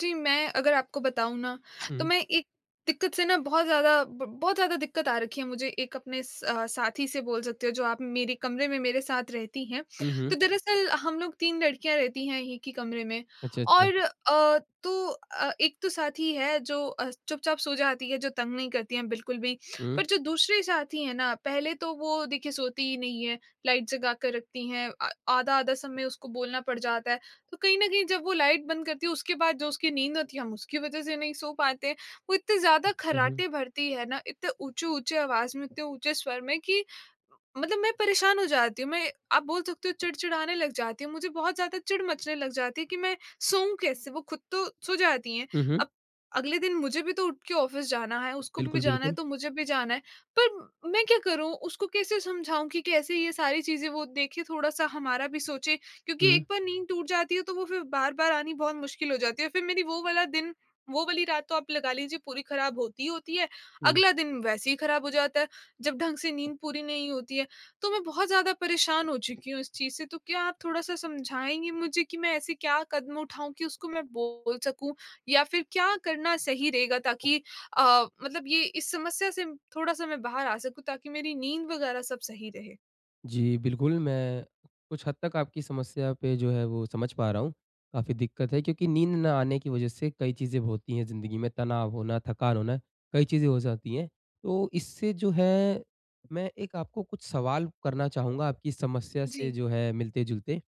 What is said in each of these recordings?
जी, मैं अगर आपको बताऊँ ना, तो हुँ। मैं एक दिक्कत से ना बहुत ज़्यादा ब बहुत ज़्यादा दिक्कत आ रखी है मुझे एक अपने साथी से बोल सकते हो जो आप मेरे कमरे में मेरे साथ रहती हैं। हुँ, हुँ। तो दरअसल हम लोग 3 लड़कियाँ रहती हैं एक ही कमरे में अच्छा, अच्छा। और तो एक तो साथी है जो चुपचाप सो जाती है, जो तंग नहीं करती हैं बिल्कुल भी। हुँ, पर जो दूसरे साथी हैं ना, पहले तो वो देखिए सोती ही नहीं है, लाइट जगा कर रखती हैं, आधा-आधा समय उसको बोलना पड़ जाता है। तो कहीं न कहीं जब वो लाइट बंद करती है उसके बाद जो उसकी नींद होती है हम उसकी वज़ह से नहीं सो पाते हैं। वो इतने ज़्यादा हुँ, हुँ। खर्राटे भरती है ना, इतने ऊँचे-ऊँचे आवाज़ में, इतने ऊँचे स्वर में कि मतलब मैं परेशान हो जाती हूँ। मैं आप बोल सकते हो चिड़चिड़ाने लग जाती हूँ। मुझे बहुत ज़्यादा चिढ़ मचने लग जाती है कि मैं सोऊँ कैसे? वो खुद तो सो जाती हैं। हुँ, हुँ। अब अगले दिन मुझे भी तो उठ के ऑफ़िस जाना है, उसको भी बिल्कुल, जाना है बिल्कुल। तो मुझे भी जाना है। पर मैं क्या करूँ? उसको कैसे समझाऊँ कि कैसे ये सारी चीज़ें वो देखे थोड़ा-सा हमारा भी सोचे क्योंकि हुँ, एक बार नींद टूट जाती है तो वो फिर बार-बार आनी बहुत मुश्किल हो जाती है। फिर मेरी वो वाला दिन वो वाली रात तो आप लगा लीजिए पूरी खराब होती ही होती है, हुँ। अगला दिन वैसे ही खराब हो जाता है, जब ढंग से नींद पूरी नहीं होती है। तो मैं बहुत ज़्यादा परेशान हो चुकी हूँ इस चीज़ से, तो क्या आप थोड़ा-सा समझाएँगे मुझे कि मैं ऐसे क्या कदम उठाऊँ कि उसको मैं बोल सकूँ? या फिर क्या करना सही रहेगा ताकि अ, मतलब ये इस समस्या से थोड़ा-सा मैं बाहर आ सकूँ ताकि मेरी नींद वगैरह सब सही रहे? जी, बिल्कुल, मैं कुछ हद तक आपकी समस्या पे जो है वो समझ पा रहा हूँ। काफ़ी दिक्कत है क्योंकि नींद ना आने की वज़ह से कई चीज़ें होती हैं ज़िंदगी में, तनाव होना, थकान होना, कई चीज़ें हो जाती हैं। तो इससे जो है, मैं एक आपको कुछ सवाल करना चाहूँगा आपकी समस्या से जी। जो है मिलते-जुलते।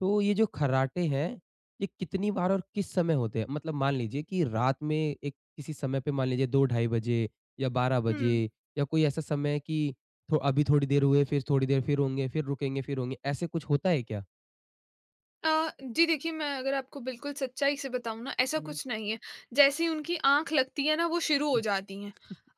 तो ये जो खर्राटे हैं, ये कितनी बार और किस समय होते हैं? मतलब मान लीजिए कि रात में एक किसी समय पे, मान लीजिए 2 ढाई बजे या 12 बजे, हुँ। या कोई ऐसा समय कि थो अभी थोड़ी देर हुए, फिर थोड़ी देर फिर होंगे, फिर रुकेंगे, फिर होंगे, ऐसे कुछ होता है क्या? जी देखिए, मैं अगर आपको बिल्कुल सच्चाई से बताऊँ ना, ऐसा हुँ, कुछ नहीं है। जैसे ही उनकी आँख लगती है ना, वो शुरू हो हुँ, जाती हैं।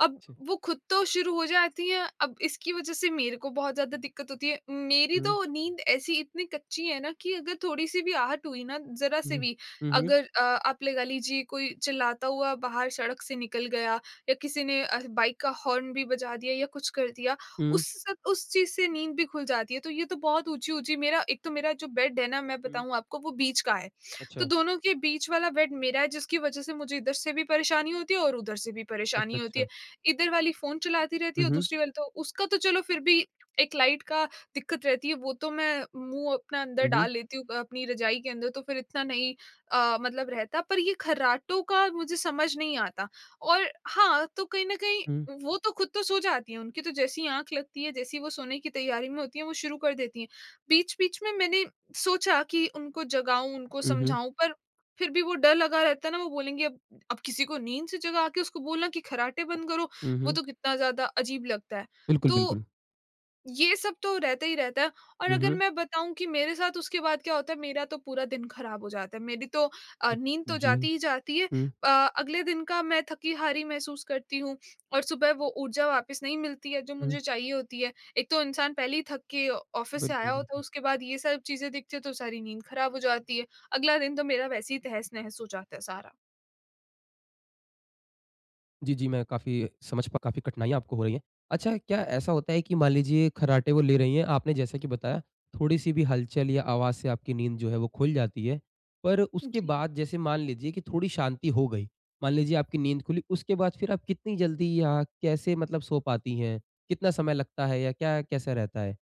अब अच्छा। वो खुद तो शुरू हो जाती हैं, अब इसकी वज़ह से मेरे को बहुत ज़्यादा दिक्कत होती है। मेरी हुँ, तो नींद ऐसी इतनी कच्ची है ना कि अगर थोड़ी-सी भी आहट हुई ना, ज़रा-से हुँ, भी, हुँ, हुँ, अगर आप लगा लीजिए कोई चिल्लाता हुआ बाहर सड़क से निकल गया या किसी ने बाइक का हॉर्न भी बजा दिया या कुछ कर दिया, हुँ, उस चीज़ से नींद भी खुल जाती है, तो ये तो बहुत ऊँची-ऊँची मेरा एक तो मेरा जो बेड है ना, मैं हुँ। बताऊँ आपको वो बीच का है। तो अच्छा, दोनों के बीच वाला बेड मेरा है जिसकी वज़ह से मुझे इधर से भी परेशानी होती है और उधर से भी अच्छा, परेशानी होती अच्छा। है। इधर वाली फ़ोन चलाती रहती है हुँ, और हुँ, दूसरी वाली तो उसका तो चलो फिर भी एक लाइट का दिक्कत रहती है, वो तो मैं मुँह अपना अंदर हुँ, हुँ, डाल लेती हूँ अपनी रज़ाई के अंदर तो फिर इतना नहीं मतलब रहता पर ये खर्राटों का मुझे समझ नहीं आता। और हाँ, तो कहीं न कहीं हुँ, वो तो खुद तो सो जाती हैं, उनकी तो जैसे ही आँख लगती है, जैसे ही वो सोने की तैयारी में होती हैं, वो शुरू कर देती हैं। बीच-बीच में मैंने सोचा कि उनको जगाऊँ, उनको हुँ, हुँ, समझाऊँ, पर फिर भी वो डर लगा रहता है ना, वो बोलेंगी अब किसी को नींद से जगा के उसको बोलना कि खर्राटे बंद करो, हुँ, वो हुँ। तो कितना ज़्यादा अजीब लगता है। बिल्कुल, तो बिल्कुल। ये सब तो रहता ही रहता है और हुँ, अगर हुँ। मैं बताऊँ कि मेरे साथ उसके बाद क्या होता है, मेरा तो पूरा दिन खराब हो जाता है। मेरी तो नींद तो जी। जाती ही जाती है। हुँ, अ, अगले दिन का मैं थकी-हारी महसूस करती हूँ और सुबह वो ऊर्जा वापस नहीं मिलती है जो हुँ। मुझे चाहिए होती है। एक तो इंसान पहले ही थक के ऑफ़िस से बिल्कुल, आया होता है, बिल्कुल। उसके बाद ये सब चीज़ें दिखती हैं तो सारी नींद खराब हो जाती है। अगला दिन तो मेरा वैसे ही तहस-नहस हो जाता है सारा। जी, जी, मैं काफ़ी समझ पा काफ़ी कठिनाइयाँ आपको हो रही हैं। अच्छा, क्या ऐसा होता है कि मान लीजिए खर्राटे वो ले रही हैं, आपने जैसा कि बताया, थोड़ी-सी भी हलचल या आवाज़ से आपकी नींद जो है वो खुल जाती है। पर उसके जी। बाद जैसे मान लीजिए कि थोड़ी शांति हो गई, मान लीजिए आपकी नींद खुली, उसके बाद फिर आप कितनी जल्दी या कैसे मतलब सो पाती हैं? कितना समय लगता है या क्या कैसा रहता है?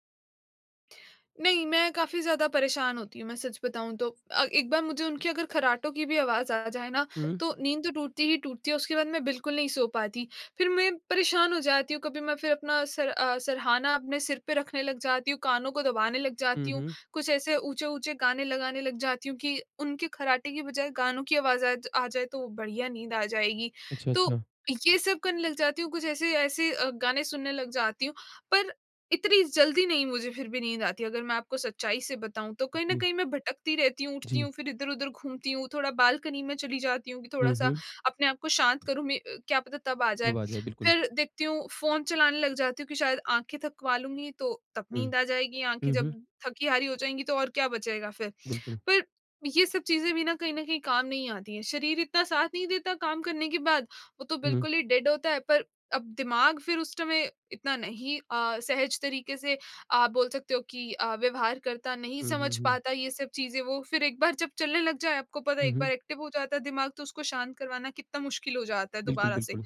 नहीं, मैं काफ़ी ज़्यादा परेशान होती हूँ, मैं सच बताऊँ तो। एक बार मुझे उनकी अगर खर्राटों की भी आवाज़ आ जाए ना, हुँ, तो नींद तो टूटती ही टूटती है, उसके बाद मैं बिल्कुल नहीं सो पाती। फिर मैं परेशान हो जाती हूँ, कभी मैं फिर अपना सरहाना अपने सिर पे रखने लग जाती हूँ, कानों को दबाने लग हुँ, जाती हूँ, हुँ। कुछ ऐसे ऊँचे-ऊँचे गाने लगाने लग जाती हूँ कि उनके खर्राटे की बजाय गानों की आवाज़ आ जाए, तो बढ़िया नींद आ जाएगी। अच्छा, तो अच्छा। ये सब करने लग जाती हूँ, कुछ ऐसे ऐसे गाने सुनने लग जाती हूँ। पर इतनी जल्दी नहीं मुझे फिर भी नींद आती अगर मैं आपको सच्चाई से बताऊँ तो कहीं न जी, कहीं मैं भटकती रहती हूँ, उठती जी। हूँ, फिर इधर-उधर घूमती हूँ, थोड़ा बालकनी में चली जाती हूँ कि हुँ, थोड़ा-सा हुँ। अपने आप को शांत करूँ क्या पता तब आ जाए। नींद आ जाए, बिल्कुल। फिर देखती हूँ फ़ोन चलाने लग जाती हूँ कि शायद आँखें थकवा लूँगी तो तब हुँ, नींद आ जाएगी, आँखें हुँ, जब हुँ, थकी-हारी हो जाएँगी तो और क्या बचेगा फिर। बिल्कुल। पर ये सब चीज़ें भी ना कहीं न कहीं काम नहीं आती हैं। शरीर इतना साथ नहीं देता काम करने के बाद, वो तो हुँ, बिल्कुल ही डेड होता है पर अब दिमाग फिर उस समय इतना नहीं सहज तरीके से आप बोल सकते हो कि व्यवहार करता, नहीं हुँ, हुँ, समझ हुँ। पाता ये सब चीज़ें वो फिर एक बार जब चलने लग जाए आपको पता है हुँ, एक हुँ, बार एक्टिव हो जाता है दिमाग तो उसको शांत करवाना कितना मुश्किल हो जाता है बिल्कुल, दोबारा से। बिल्कुल।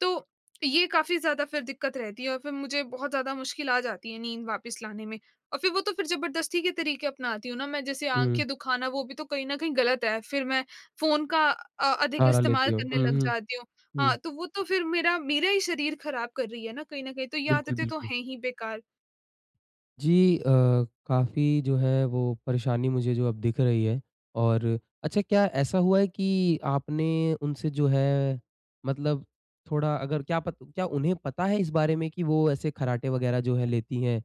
तो ये काफ़ी ज़्यादा फिर दिक्कत रहती है और फिर मुझे बहुत ज़्यादा मुश्किल आ जाती है नींद वापस लाने में। और फिर वो तो फिर ज़बरदस्ती के तरीके अपनाती हूँ ना मैं जैसे हुँ। आँखें दुखाना वो भी तो कहीं न कहीं गलत है। फिर मैं फ़ोन का अधिक सहारा लेती इस्तेमाल हो। करने हुँ, लग हुँ, जाती हूँ। हाँ, हुँ। तो वो तो फिर मेरा मेरा ही शरीर ख़राब कर रही है ना कहीं न कहीं, तो ये बिल्कुल, आदतें तो बिल्कुल। हैं ही बेकार। जी, अ, काफ़ी जो है वो परेशानी मुझे जो अब दिख रही है। और अच्छा, क्या ऐसा हुआ है कि आपने उनसे जो है, मतलब थोड़ा, अगर क्या उन्हें पता है इस बारे में कि वो ऐसे कराटे वग़ैरह जो है लेती हैं?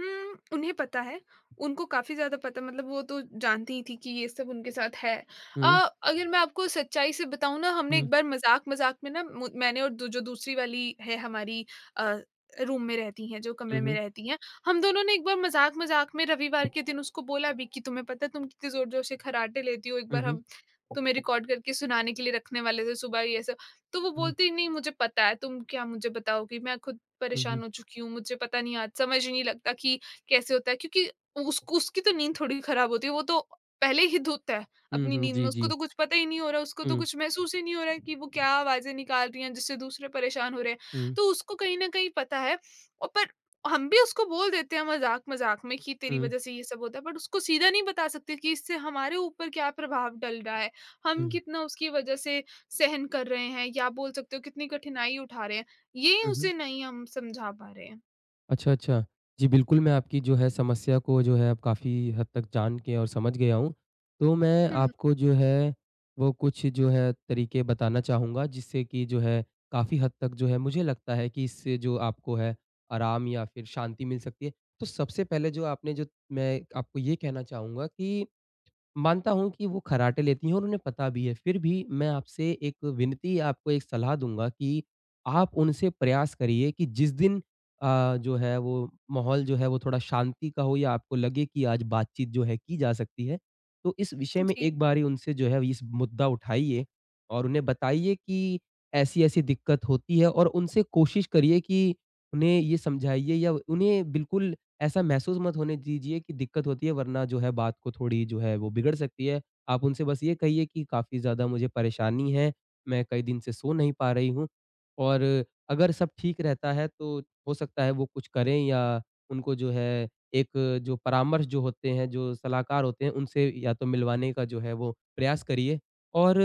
हुँ, उन्हें पता है। उनको काफ़ी ज़्यादा पता मतलब वो तो जानती ही थी कि ये सब उनके साथ है। अ, हुँ, अगर मैं आपको सच्चाई से बताऊँ ना हमने हुँ, एक बार मज़ाक-मज़ाक में ना मु मैंने और दू जो दूसरी वाली है हमारी अ, रूम में रहती हैं, जो हुँ, कमरे में हुँ, रहती हैं, हम दोनों ने एक बार मज़ाक-मज़ाक में रविवार के दिन उसको बोला भी कि तुम्हें पता है तुम कितने ज़ोर-ज़ोर से खर्राटे लेती हो, एक हुँ, हुँ, बार हुँ, हम तुम्हें रिकॉर्ड करके सुनाने के लिए रखने वाले थे सुबह ये सब। तो वो बोलती नहीं मुझे पता है, तुम क्या मुझे बताओगी? मैं खुद हुँ, हुँ, परेशान हो चुकी हूँ, मुझे पता नहीं आज समझ ही नहीं लगता कि कैसे होता है क्योंकि उसको उसकी तो नींद थोड़ी खराब होती है, वो तो पहले ही धुत है हुँ, अपनी हुँ, नींद में, जी, उसको जी। तो कुछ पता ही नहीं हो रहा है, उसको तो हुँ, कुछ महसूस ही नहीं हो रहा है कि वो क्या आवाज़ें निकाल रही हैं जिससे दूसरे परेशान हो रहे हैं। हुँ, तो उसको कहीं न कहीं पता है और पर हम भी उसको बोल देते हैं मज़ाक-मज़ाक में कि तेरी हुँ, वज़ह से ये सब होता है, बट उसको सीधा नहीं बता सकते कि इससे हमारे ऊपर क्या प्रभाव डल रहा है, हम हुँ, कितना उसकी वज़ह से सहन कर रहे हैं या बोल सकते हो कितनी कठिनाई उठा रहे हैं। ये हुँ, हुँ। उसे नहीं हम समझा पा रहे हैं। अच्छा, अच्छा। जी, बिल्कुल, मैं आपकी जो है समस्या को जो है अब काफ़ी हद तक जान के और समझ गया हूँ। तो मैं हुँ, आपको जो है वो कुछ जो है तरीके बताना चाहूँगा, जिससे कि जो है, काफ़ी हद तक जो है, मुझे लगता है कि इससे जो आपको है आराम या फिर शांति मिल सकती है। तो सबसे पहले जो आपने जो मैं आपको ये कहना चाहूँगा कि मानता हूँ कि वो खर्राटे लेती हैं और उन्हें पता भी है, फिर भी मैं आपसे एक विनती, आपको एक सलाह दूँगा कि आप उनसे प्रयास करिए कि जिस दिन जो है वो माहौल जो है वो थोड़ा शांति का हो, या आपको लगे कि आज बातचीत जो है की जा सकती है, तो इस विषय में जी, एक बारी उनसे जो है इस मुद्दा उठाइए और उन्हें बताइए कि ऐसी-ऐसी दिक्कत होती है, और उनसे कोशिश करिए कि उन्हें ये समझाइए, या उन्हें बिल्कुल ऐसा महसूस मत होने दीजिए कि दिक्कत होती है, वरना जो है बात को थोड़ी जो है वो बिगड़ सकती है। आप उनसे बस ये कहिए कि काफ़ी ज़्यादा मुझे परेशानी है, मैं कई दिन से सो नहीं पा रही हूँ, और अगर सब ठीक रहता है तो हो सकता है वो कुछ करें, या उनको जो है एक जो परामर्श जो होते हैं, जो सलाहकार होते हैं, उनसे या तो मिलवाने का जो है वो प्रयास करिए। और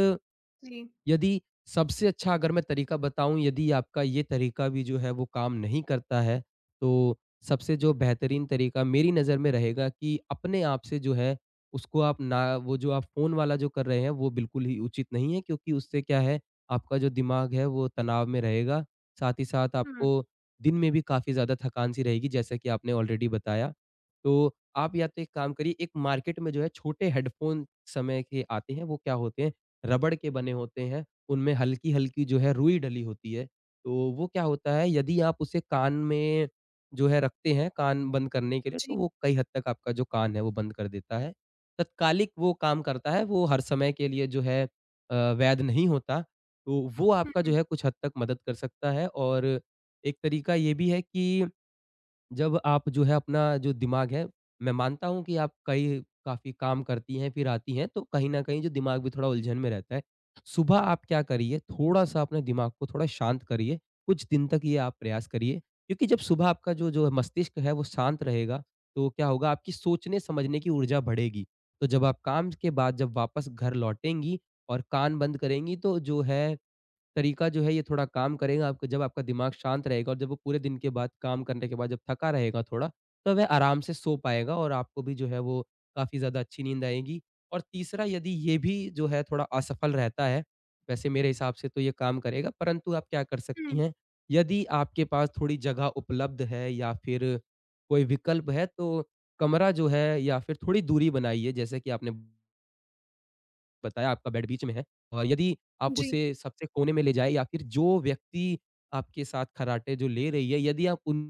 जी। यदि, सबसे अच्छा अगर मैं तरीका बताऊँ, यदि आपका ये तरीका भी जो है वो काम नहीं करता है, तो सबसे जो बेहतरीन तरीका मेरी नज़र में रहेगा कि अपने आप से जो है, उसको आप, ना, वो जो आप फ़ोन वाला जो कर रहे हैं, वो बिल्कुल ही उचित नहीं है, क्योंकि उससे क्या है, आपका जो दिमाग है वो तनाव में रहेगा। साथ ही साथ हुँ, आपको दिन में भी काफ़ी ज़्यादा थकान सी रहेगी, जैसा कि आपने ऑलरेडी बताया। तो आप या तो एक काम करिए, एक मार्केट में जो है छोटे हेडफ़ोन समय के आते हैं, वो क्या होते हैं, रबड़ के बने होते हैं, उनमें हल्की-हल्की जो है रुई डली होती है। तो वो क्या होता है, यदि आप उसे कान में जो है रखते हैं, कान बंद करने के लिए, तो जी, वो कई हद तक आपका जो कान है वो बंद कर देता है। तत्कालिक वो काम करता है, वो हर समय के लिए जो है वैध नहीं होता। तो वो आपका जो हुँ, है कुछ हद तक मदद कर सकता है। और एक तरीका ये भी है कि जब आप जो है अपना जो दिमाग है, मैं मानता हूँ कि आप कई, काफ़ी काम करती हैं, फिर आती हैं, तो कहीं न कहीं जो दिमाग भी थोड़ा उलझन में रहता है। सुबह आप क्या करिए, थोड़ा-सा अपने दिमाग को थोड़ा शांत करिए, कुछ दिन तक ये आप प्रयास करिए। क्योंकि जब सुबह आपका जो जो मस्तिष्क है वो शांत रहेगा, तो क्या होगा, आपकी सोचने-समझने की ऊर्जा बढ़ेगी। तो जब आप काम के बाद, जब वापस घर लौटेंगी और कान बंद करेंगी, तो जो है तरीका जो है ये थोड़ा काम करेगा, आपको जब आपका दिमाग शांत रहेगा और जब वो पूरे दिन के बाद, काम करने के बाद, जब थका रहेगा थोड़ा, तो वह आराम से सो पाएगा और आपको भी जो है वो काफ़ी ज़्यादा अच्छी नींद आएगी। और तीसरा, यदि ये भी जो है थोड़ा असफल रहता है, वैसे मेरे हिसाब से तो ये काम करेगा, परंतु आप क्या कर सकती हुँ, हैं, यदि आपके पास थोड़ी जगह उपलब्ध है, या फिर कोई विकल्प है, तो कमरा जो है, या फिर थोड़ी दूरी बनाइए, जैसे कि आपने बताया आपका बेड बीच में है, और यदि आप जी, उसे सबसे कोने में ले जाएँ, या फिर जो व्यक्ति आपके साथ खर्राटे जो ले रही है, यदि आप उन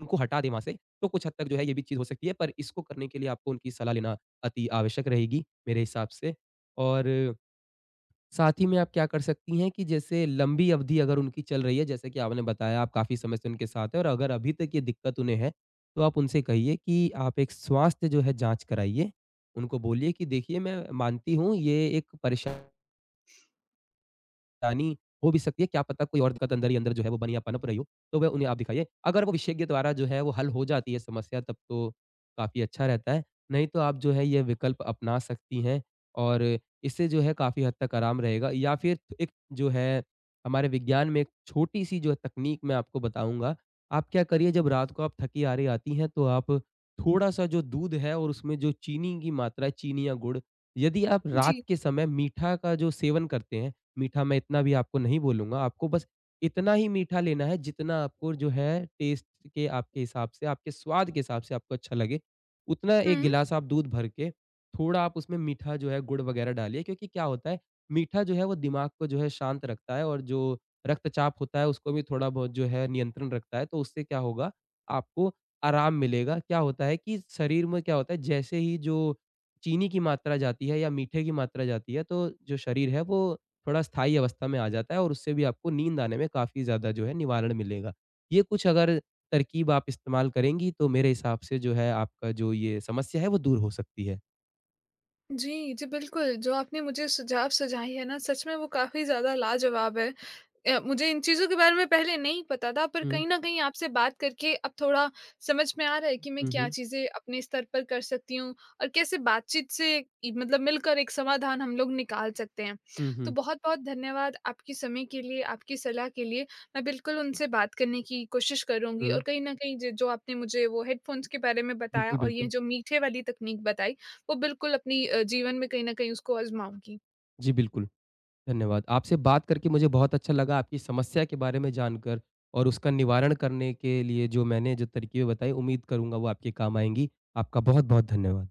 उनको हटा दें वहाँ से, तो कुछ हद तक जो है ये भी चीज़ हो सकती है। पर इसको करने के लिए आपको उनकी सलाह लेना अति आवश्यक रहेगी मेरे हिसाब से। और साथ ही में आप क्या कर सकती हैं कि जैसे लंबी अवधि अगर उनकी चल रही है, जैसे कि आपने बताया आप काफ़ी समय से उनके साथ हैं, और अगर अभी तक ये दिक्कत उन्हें है, तो आप उनसे कहिए कि आप एक स्वास्थ्य जो है जाँच कराइए। उनको बोलिए कि देखिए, मैं मानती हूँ ये एक परेशानी हो भी सकती है, क्या पता कोई और दिक्कत अंदर ही अंदर जो है वो बनी या पनप रही हो, तो वह उन्हें आप दिखाइए। अगर वो विशेषज्ञ द्वारा जो है वो हल हो जाती है समस्या, तब तो काफ़ी अच्छा रहता है, नहीं तो आप जो है ये विकल्प अपना सकती हैं। और इससे जो है काफ़ी हद तक आराम रहेगा, या फिर एक जो है, हमारे विज्ञान में एक छोटी-सी जो है तकनीक मैं आपको बताऊँगा। आप क्या करिए, जब रात को आप थकी हारी आती हैं, तो आप थोड़ा-सा जो दूध है, और उसमें जो चीनी की मात्रा है, चीनी या गुड़, यदि आप रात जी। के समय मीठा का जो सेवन करते हैं, मीठा मैं इतना भी आपको नहीं बोलूँगा, आपको बस इतना ही मीठा लेना है जितना आपको जो है टेस्ट के आपके हिसाब से, आपके स्वाद के हिसाब से आपको अच्छा लगे। उतना 1 हुँ, गिलास आप दूध भर के, थोड़ा आप उसमें मीठा जो है गुड़ वग़ैरह डालिए, क्योंकि क्या होता है, मीठा जो है वो दिमाग को जो है शांत रखता है, और जो रक्तचाप होता है उसको भी थोड़ा बहुत जो है नियंत्रण रखता है। तो उससे क्या होगा, आपको आराम मिलेगा। क्या होता है कि शरीर में क्या होता है, जैसे ही जो चीनी की मात्रा जाती है या मीठे की मात्रा जाती है, तो जो शरीर है वो थोड़ा स्थायी अवस्था में आ जाता है, और उससे भी आपको नींद आने में काफ़ी ज़्यादा जो है निवारण मिलेगा। ये कुछ अगर तरकीब आप इस्तेमाल करेंगी, तो मेरे हिसाब से जो है आपका जो ये समस्या है वो दूर हो सकती है। जी, जी बिल्कुल, जो आपने मुझे सुझाव सुझाए हैं ना सच में वो काफ़ी ज़्यादा लाजवाब है। मुझे इन चीज़ों के बारे में पहले नहीं पता था, पर हुँ, कहीं न कहीं आपसे बात करके अब थोड़ा समझ में आ रहा है कि मैं हुँ, क्या हुँ। चीज़ें अपने स्तर पर कर सकती हूँ और कैसे बातचीत से इ मतलब मिलकर एक समाधान हम लोग निकाल सकते हैं। हुँ, तो हुँ, बहुत-बहुत धन्यवाद आपके समय के लिए, आपकी सलाह के लिए। मैं बिल्कुल उनसे बात करने की कोशिश करूँगी हुँ। और कहीं न कहीं ज जो आपने मुझे वो हेडफ़ोन्स के बारे में बताया बिल्कुल, और ये बिल्कुल। जो मीठे वाली तकनीक बताई, वो बिल्कुल अपनी जीवन में कहीं न कहीं उसको आज़माऊँगी। जी, बिल्कुल। धन्यवाद। आपसे बात करके मुझे बहुत अच्छा लगा, आपकी समस्या के बारे में जानकर, और उसका निवारण करने के लिए जो मैंने जो तरकीबें बताई, उम्मीद करूँगा वो आपके काम आएँगी। आपका बहुत-बहुत धन्यवाद।